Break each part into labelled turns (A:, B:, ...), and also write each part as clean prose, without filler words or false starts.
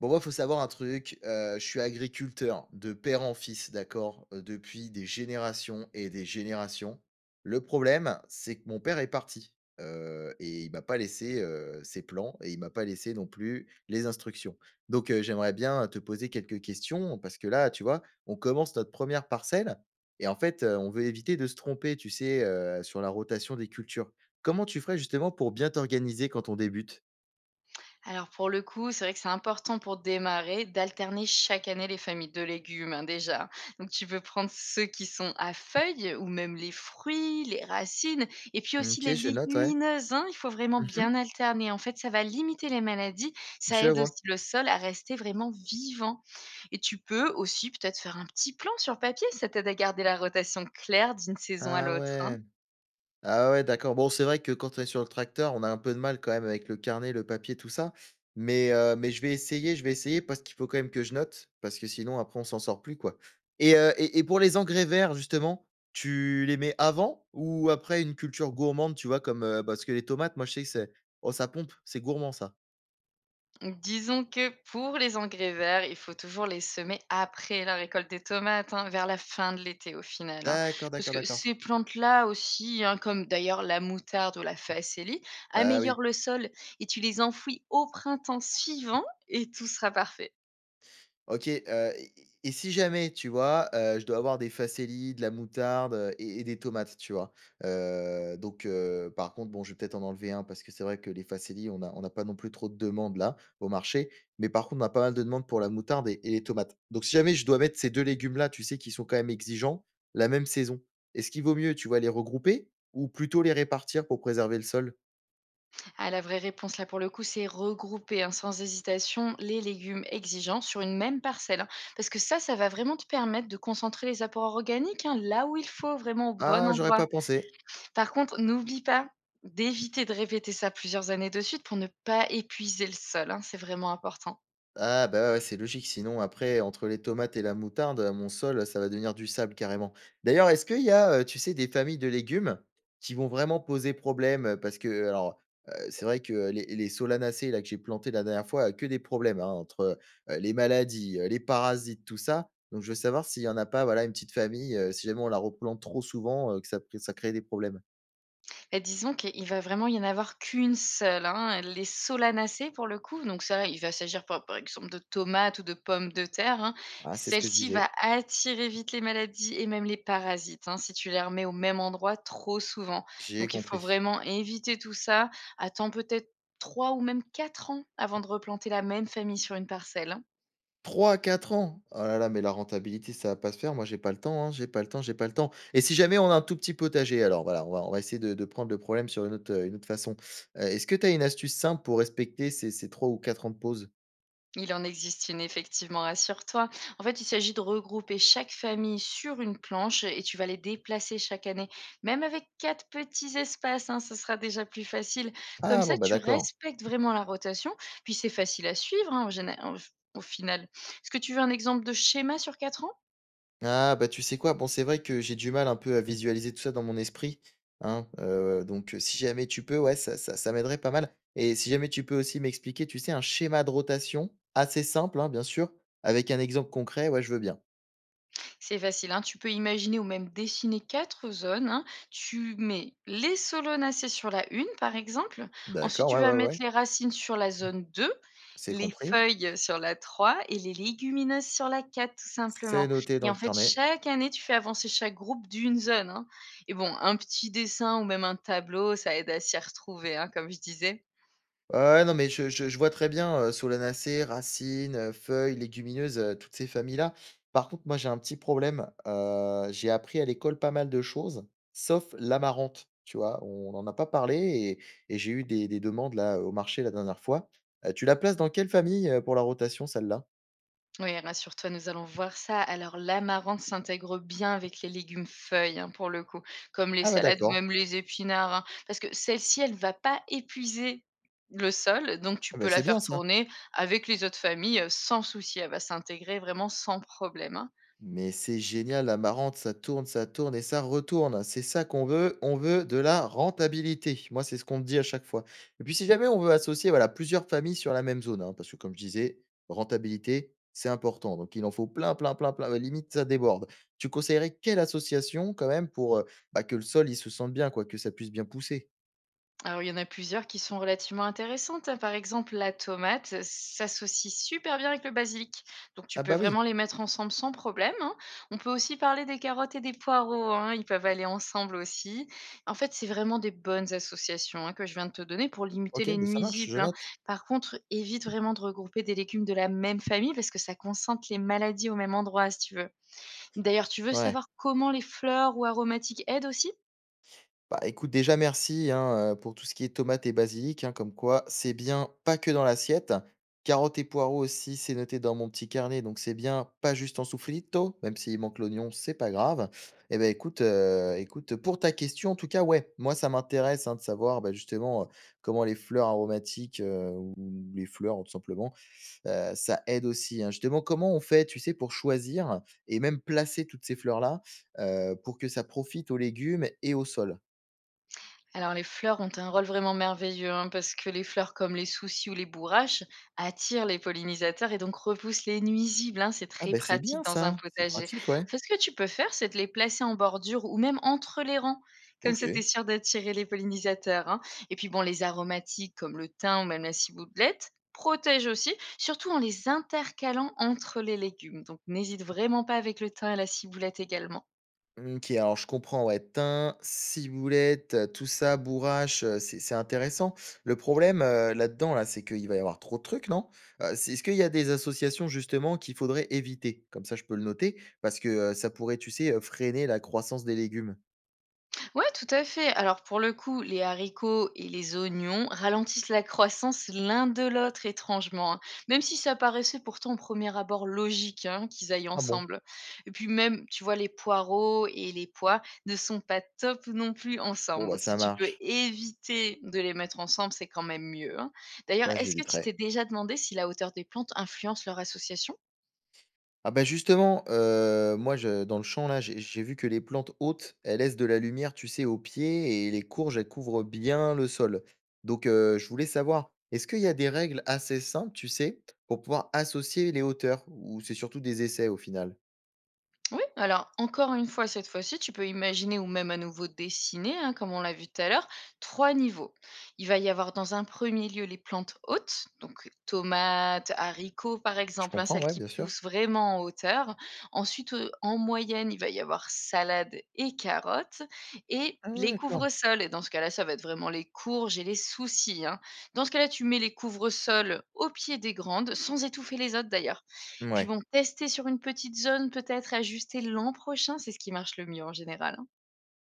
A: Bon, moi, faut savoir un truc, je suis agriculteur de père en fils, d'accord? Depuis des générations et des générations. Le problème, c'est que mon père est parti, et il m'a pas laissé, ses plans et il m'a pas laissé non plus les instructions. Donc, j'aimerais bien te poser quelques questions parce que là, tu vois, on commence notre première parcelle. Et en fait, on veut éviter de se tromper, tu sais, sur la rotation des cultures. Comment tu ferais justement pour bien t'organiser quand on débute?
B: Alors pour le coup, c'est vrai que c'est important pour démarrer d'alterner chaque année les familles de légumes hein, déjà. Donc tu peux prendre ceux qui sont à feuilles ou même les fruits, les racines et puis
A: Mmh,
B: aussi
A: OK,
B: les
A: je note, ouais.
B: légumineuses, hein, il faut vraiment
A: Mmh.
B: bien alterner. En fait, ça va limiter les maladies. Ça
A: Je
B: aide
A: vois.
B: aussi le sol à rester vraiment vivant. Et tu peux aussi peut-être faire un petit plan sur papier. Ça t'aide à garder la rotation claire d'une saison à
A: Ah
B: l'autre,
A: ouais!
B: hein.
A: Ah ouais, d'accord. Bon, c'est vrai que quand on est sur le tracteur, on a un peu de mal quand même avec le carnet, le papier, tout ça. Mais je vais essayer parce qu'il faut quand même que je note, parce que sinon après on s'en sort plus, quoi. Et pour les engrais verts justement, tu les mets avant ou après une culture gourmande, tu vois? Comme, parce que les tomates, moi je sais que c'est oh ça pompe, c'est gourmand ça.
B: Disons que pour les engrais verts, il faut toujours les semer après la récolte des tomates, hein, vers la fin de l'été au final, hein.
A: D'accord,
B: Parce
A: d'accord,
B: que
A: d'accord.
B: ces plantes-là aussi, hein, comme d'ailleurs la moutarde ou la facélie,
A: Ah oui.
B: améliorent le sol et tu les enfouis au printemps suivant et tout sera parfait.
A: OK. Heu, et et si jamais, tu vois, je dois avoir des facelis, de la moutarde, et des tomates, tu vois? Donc, par contre, bon, je vais peut-être en enlever un parce que c'est vrai que les facelis, on n'a pas non plus trop de demandes là, au marché. Mais par contre, on a pas mal de demandes pour la moutarde et les tomates. Donc si jamais je dois mettre ces 2 légumes là, tu sais, qui sont quand même exigeants, la même saison, est-ce qu'il vaut mieux, tu vois, les regrouper ou plutôt les répartir pour préserver le sol?
B: Ah, la vraie réponse là pour le coup, c'est regrouper hein, sans hésitation les légumes exigeants sur une même parcelle, hein, parce que ça va vraiment te permettre de concentrer les apports organiques hein, là où il faut, vraiment au bon
A: Ah, j'aurais
B: endroit.
A: pas pensé.
B: Par contre, n'oublie pas d'éviter de répéter ça plusieurs années de suite pour ne pas épuiser le sol, hein, c'est vraiment important.
A: Ah bah, ouais, ouais, c'est logique, sinon après entre les tomates et la moutarde, mon sol, ça va devenir du sable carrément. D'ailleurs, est-ce qu'il y a, tu sais, des familles de légumes qui vont vraiment poser problème? Parce que, alors, c'est vrai que les solanacées là que j'ai plantées la dernière fois, que des problèmes, hein, entre, les maladies, les parasites, tout ça. Donc je veux savoir s'il y en a pas, voilà, une petite famille, si jamais on la replante trop souvent, que ça crée des problèmes.
B: Et disons qu'il va vraiment y en avoir qu'une seule, hein, les solanacées pour le coup. Donc ça, il va s'agir par, par exemple de tomates ou de pommes de terre, hein.
A: Ah, c'est ce que je
B: Celle-ci
A: disais,
B: va attirer vite les maladies et même les parasites hein, si tu les remets au même endroit trop souvent.
A: j'ai
B: Donc il faut
A: compris.
B: vraiment éviter tout ça. Attends peut-être trois ou même 4 ans avant de replanter la même famille sur une parcelle, hein.
A: Trois à 4 ans! Oh là là, mais la rentabilité, ça va pas se faire. Moi, j'ai pas le temps, hein, j'ai pas le temps, j'ai pas le temps et si jamais on a un tout petit potager alors? Voilà, on va essayer de prendre le problème sur une autre façon. Est-ce que tu as une astuce simple pour respecter ces 3 ou 4 ans de pause?
B: Il en existe une, effectivement, rassure-toi. En fait, il s'agit de regrouper chaque famille sur une planche et tu vas les déplacer chaque année. Même avec quatre petits espaces, hein, ce sera déjà plus facile. Comme
A: Ah bon,
B: ça,
A: bah,
B: tu
A: d'accord.
B: respectes vraiment la rotation, puis c'est facile à suivre hein, au final. Est-ce que tu veux un exemple de schéma sur 4 ans?
A: Ah, bah, tu sais quoi? Bon, c'est vrai que j'ai du mal un peu à visualiser tout ça dans mon esprit, hein, si jamais tu peux, ouais, ça m'aiderait pas mal. Et si jamais tu peux aussi m'expliquer, tu sais, un schéma de rotation assez simple, hein, bien sûr, avec un exemple concret, ouais, je veux bien.
B: C'est facile, hein. Tu peux imaginer ou même dessiner quatre zones, hein. Tu mets les solanacées sur la une, par exemple. Ensuite,
A: D'accord,
B: tu
A: ouais,
B: vas
A: ouais,
B: mettre
A: ouais.
B: les racines sur la zone 2,
A: C'est
B: les
A: compris,
B: feuilles sur la 3 et les légumineuses sur la 4, tout
A: c'est
B: simplement.
A: noté dans
B: Et en
A: le
B: fait,
A: carnet.
B: chaque année, tu fais avancer chaque groupe d'une zone, hein. Et bon, un petit dessin ou même un tableau, ça aide à s'y retrouver, hein, comme je disais.
A: Ouais, ouais, non, mais je vois très bien, solanacées, racines, feuilles, légumineuses, toutes ces familles-là. Par contre, moi, j'ai un petit problème, j'ai appris à l'école pas mal de choses, sauf l'amarante, tu vois? On n'en a pas parlé et j'ai eu des demandes là, au marché la dernière fois. Tu la places dans quelle famille, pour la rotation, celle-là?
B: Oui, rassure-toi, nous allons voir ça. Alors, l'amarante s'intègre bien avec les légumes feuilles, hein, pour le coup, comme les
A: Ah bah,
B: salades ou
A: d'accord.
B: même les épinards, hein, parce que celle-ci, elle va pas épuiser le sol, donc tu
A: Ah bah,
B: peux la
A: c'est bien
B: faire
A: ça.
B: tourner avec les autres familles sans souci. Elle va s'intégrer vraiment sans problème, hein.
A: Mais c'est génial, la marrante, ça tourne et ça retourne. C'est ça qu'on veut, on veut de la rentabilité. Moi, c'est ce qu'on me dit à chaque fois. Et puis, si jamais on veut associer voilà, plusieurs familles sur la même zone, hein, parce que comme je disais, rentabilité, c'est important. Donc, il en faut plein, plein, plein, plein. Ouais, limite, ça déborde. Tu conseillerais quelle association quand même pour bah, que le sol, il se sente bien, quoi, que ça puisse bien pousser.
B: Alors, il y en a plusieurs qui sont relativement intéressantes, hein. Par exemple, la tomate s'associe super bien avec le basilic. Donc, tu
A: Ah
B: peux
A: bah oui,
B: vraiment les mettre ensemble sans problème, hein. On peut aussi parler des carottes et des poireaux, hein. Ils peuvent aller ensemble aussi. En fait, c'est vraiment des bonnes associations hein, que je viens de te donner pour limiter
A: ok,
B: les
A: bah, ça marche, je
B: nuisibles, hein.
A: note.
B: Par contre, évite vraiment de regrouper des légumes de la même famille parce que ça concentre les maladies au même endroit, si tu veux. D'ailleurs, tu veux
A: Ouais.
B: savoir comment les fleurs ou aromatiques aident aussi.
A: Bah, écoute, déjà merci hein, pour tout ce qui est tomates et basilic, hein, comme quoi c'est bien pas que dans l'assiette. Carottes et poireaux aussi, c'est noté dans mon petit carnet, donc c'est bien pas juste en soufflito. Même s'il manque l'oignon, c'est pas grave. Et ben écoute, pour ta question, en tout cas, ouais, moi ça m'intéresse, hein, de savoir, bah, justement, comment les fleurs aromatiques, ou les fleurs, tout simplement, ça aide aussi, hein. Justement, comment on fait, tu sais, pour choisir et même placer toutes ces fleurs-là, pour que ça profite aux légumes et au sol?
B: Alors les fleurs ont un rôle vraiment merveilleux hein, parce que les fleurs comme les soucis ou les bourraches attirent les pollinisateurs et donc repoussent les nuisibles, hein, c'est
A: Ah
B: très
A: bah, c'est
B: pratique
A: bien
B: dans un
A: ça, c'est
B: potager.
A: pratique, ouais.
B: En fait, ce que tu peux faire, c'est de les placer en bordure ou même entre les rangs. Comme ça,
A: OK.
B: t'es sûr d'attirer les pollinisateurs, hein. Et puis bon, les aromatiques comme le thym ou même la ciboulette protègent aussi, surtout en les intercalant entre les légumes. Donc n'hésite vraiment pas avec le thym et la ciboulette également.
A: OK, alors je comprends, ouais, thym, ciboulette, tout ça, bourrache, c'est intéressant. Le problème, là-dedans, là, c'est qu'il va y avoir trop de trucs, non? C'est Est-ce qu'il y a des associations justement qu'il faudrait éviter? Comme ça, je peux le noter parce que, ça pourrait, tu sais, freiner la croissance des légumes.
B: Ouais, tout à fait. Alors pour le coup, les haricots et les oignons ralentissent la croissance l'un de l'autre étrangement, hein, même si ça paraissait pourtant au premier abord logique hein, qu'ils aillent
A: Ah bon?
B: ensemble. Et puis même, tu vois, les poireaux et les pois ne sont pas top non plus
A: Bon,
B: ensemble.
A: bah,
B: Donc
A: ça
B: si tu peux
A: marche.
B: éviter de les mettre ensemble, c'est quand même mieux, hein. D'ailleurs,
A: Là,
B: est-ce que tu t'es
A: j'éviterai.
B: déjà demandé si la hauteur des plantes influence leur association.
A: Ah bah, justement, moi je dans le champ là, j'ai vu que les plantes hautes elles laissent de la lumière, tu sais, aux pieds et les courges, elles couvrent bien le sol. Donc, je voulais savoir, est-ce qu'il y a des règles assez simples, tu sais, pour pouvoir associer les hauteurs? Ou c'est surtout des essais au final?
B: Oui, alors encore une fois, cette fois-ci, tu peux imaginer ou même à nouveau dessiner, hein, comme on l'a vu tout à l'heure, trois niveaux. Il va y avoir dans un premier lieu les plantes hautes, donc tomates, haricots par
A: Je
B: exemple, hein,
A: comprends,
B: celles
A: ouais,
B: qui
A: bien sûr.
B: poussent vraiment en hauteur. Ensuite, en moyenne, il va y avoir salade et carottes et
A: Ah ouais,
B: les
A: d'accord.
B: couvre-sols. Et dans ce cas-là, ça va être vraiment les courges et les soucis, hein. Dans ce cas-là, tu mets les couvre-sols au pied des grandes, sans étouffer les autres d'ailleurs. Et puis
A: Ouais.
B: bon, tester sur une petite zone, peut-être ajuster l'an prochain, c'est ce qui marche le mieux en général, hein.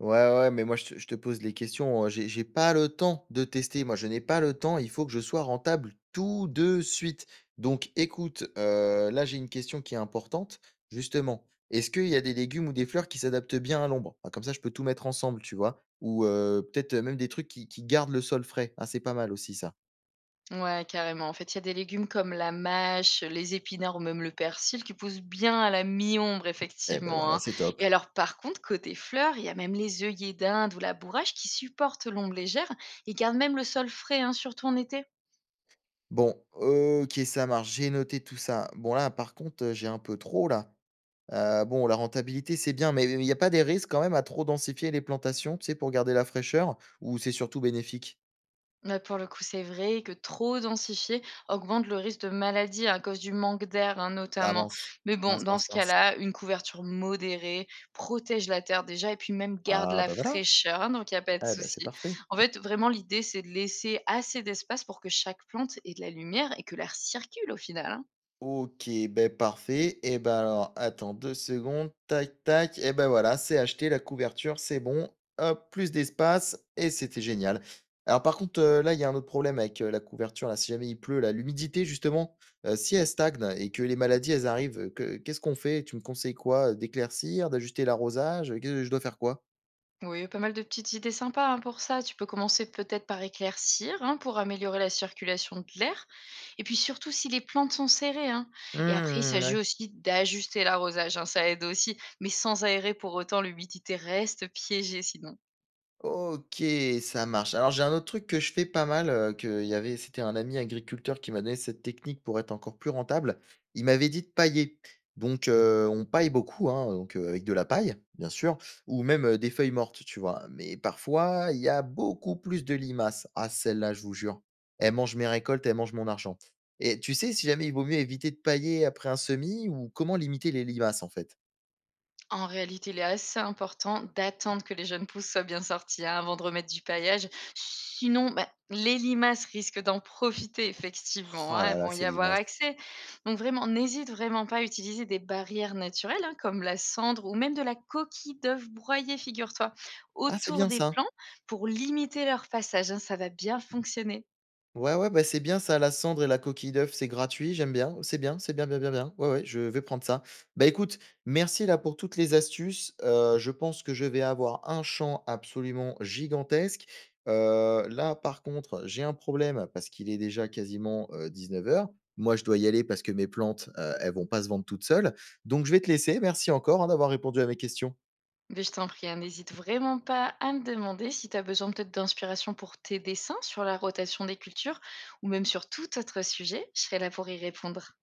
A: Ouais, ouais, mais moi, je te pose les questions, j'ai pas le temps de tester. Moi, je n'ai pas le temps, il faut que je sois rentable tout de suite. Donc écoute, là, j'ai une question qui est importante, justement. Est-ce qu'il y a des légumes ou des fleurs qui s'adaptent bien à l'ombre? Bah, comme ça, je peux tout mettre ensemble, tu vois? Ou, peut-être, même des trucs qui gardent le sol frais. Ah, c'est pas mal aussi ça.
B: Ouais, carrément. En fait, il y a des légumes comme la mâche, les épinards ou même le persil qui poussent bien à la mi-ombre,
A: Eh ben
B: effectivement,
A: voilà,
B: hein.
A: c'est top.
B: Et alors, par contre, côté fleurs, il y a même les œillets d'Inde ou la bourrache qui supportent l'ombre légère et gardent même le sol frais, hein, surtout en été.
A: Bon, OK, ça marche, j'ai noté tout ça. Bon là, par contre, j'ai un peu trop là. Bon la rentabilité c'est bien, mais il n'y a pas des risques quand même à trop densifier les plantations, tu sais, pour garder la fraîcheur? Ou c'est surtout bénéfique?
B: Bah, pour le coup, c'est vrai que trop densifier augmente le risque de maladie à cause du manque d'air, hein,
A: Ah
B: notamment.
A: mince,
B: Mais bon,
A: mince,
B: dans
A: mince,
B: ce
A: mince.
B: cas-là, une couverture modérée protège la terre déjà et puis même garde
A: Ah
B: la
A: bah voilà,
B: fraîcheur, hein, donc il n'y a pas de
A: eh bah c'est
B: souci.
A: parfait.
B: En fait, vraiment, l'idée, c'est de laisser assez d'espace pour que chaque plante ait de la lumière et que l'air circule au final, hein.
A: OK, ben parfait et ben alors attends 2 secondes, tac tac et ben voilà, c'est acheté, la couverture, c'est bon, hop, plus d'espace et c'était génial. Alors par contre, là, il y a un autre problème avec, la couverture là, si jamais il pleut là, l'humidité justement, si elle stagne et que les maladies elles arrivent, que qu'est-ce qu'on fait? Tu me conseilles quoi, d'éclaircir, d'ajuster l'arrosage, qu'est je dois faire quoi?
B: Oui, pas mal de petites idées sympas hein, pour ça. Tu peux commencer peut-être par éclaircir hein, pour améliorer la circulation de l'air. Et puis surtout si les plantes sont serrées, hein.
A: Mmh
B: Et après, il
A: mmh, mmh, ouais.
B: s'agit aussi d'ajuster l'arrosage, hein, ça aide aussi, mais sans aérer pour autant, l'humidité reste piégée sinon.
A: OK, ça marche. Alors j'ai un autre truc que je fais pas mal, qu'il y avait c'était un ami agriculteur qui m'a donné cette technique pour être encore plus rentable. Il m'avait dit de pailler. Donc, on paille beaucoup, hein, donc, avec de la paille, bien sûr, ou même, des feuilles mortes, tu vois? Mais parfois, il y a beaucoup plus de limaces. Ah celle-là, je vous jure, elle mange mes récoltes, elle mange mon argent. Et tu sais si jamais il vaut mieux éviter de pailler après un semis ou comment limiter les limaces en fait?
B: En réalité, il est assez important d'attendre que les jeunes pousses soient bien sorties hein, avant de remettre du paillage. Sinon, bah, les limaces risquent d'en profiter, effectivement,
A: Ah
B: hein,
A: là
B: elles
A: là,
B: vont y
A: ces
B: avoir
A: limaces.
B: accès. Donc, vraiment, n'hésite vraiment pas à utiliser des barrières naturelles, hein, comme la cendre ou même de la coquille d'œuf broyée, figure-toi,
A: Ah c'est
B: autour
A: bien
B: des
A: ça!
B: plants pour limiter leur passage, hein, ça va bien fonctionner.
A: Ouais, ouais, bah, c'est bien ça, la cendre et la coquille d'œuf, c'est gratuit, j'aime bien, c'est bien, c'est bien, bien, bien, bien. Ouais, ouais, je vais prendre ça. Bah écoute, merci là pour toutes les astuces. Je pense que je vais avoir un champ absolument gigantesque. Là, par contre, j'ai un problème parce qu'il est déjà quasiment 19 heures. Moi, je dois y aller parce que mes plantes, elles vont pas se vendre toutes seules. Donc, je vais te laisser. Merci encore, hein, d'avoir répondu à mes questions.
B: Mais je t'en prie, hein, n'hésite vraiment pas à me demander si tu as besoin peut-être d'inspiration pour tes dessins sur la rotation des cultures ou même sur tout autre sujet. Je serai là pour y répondre.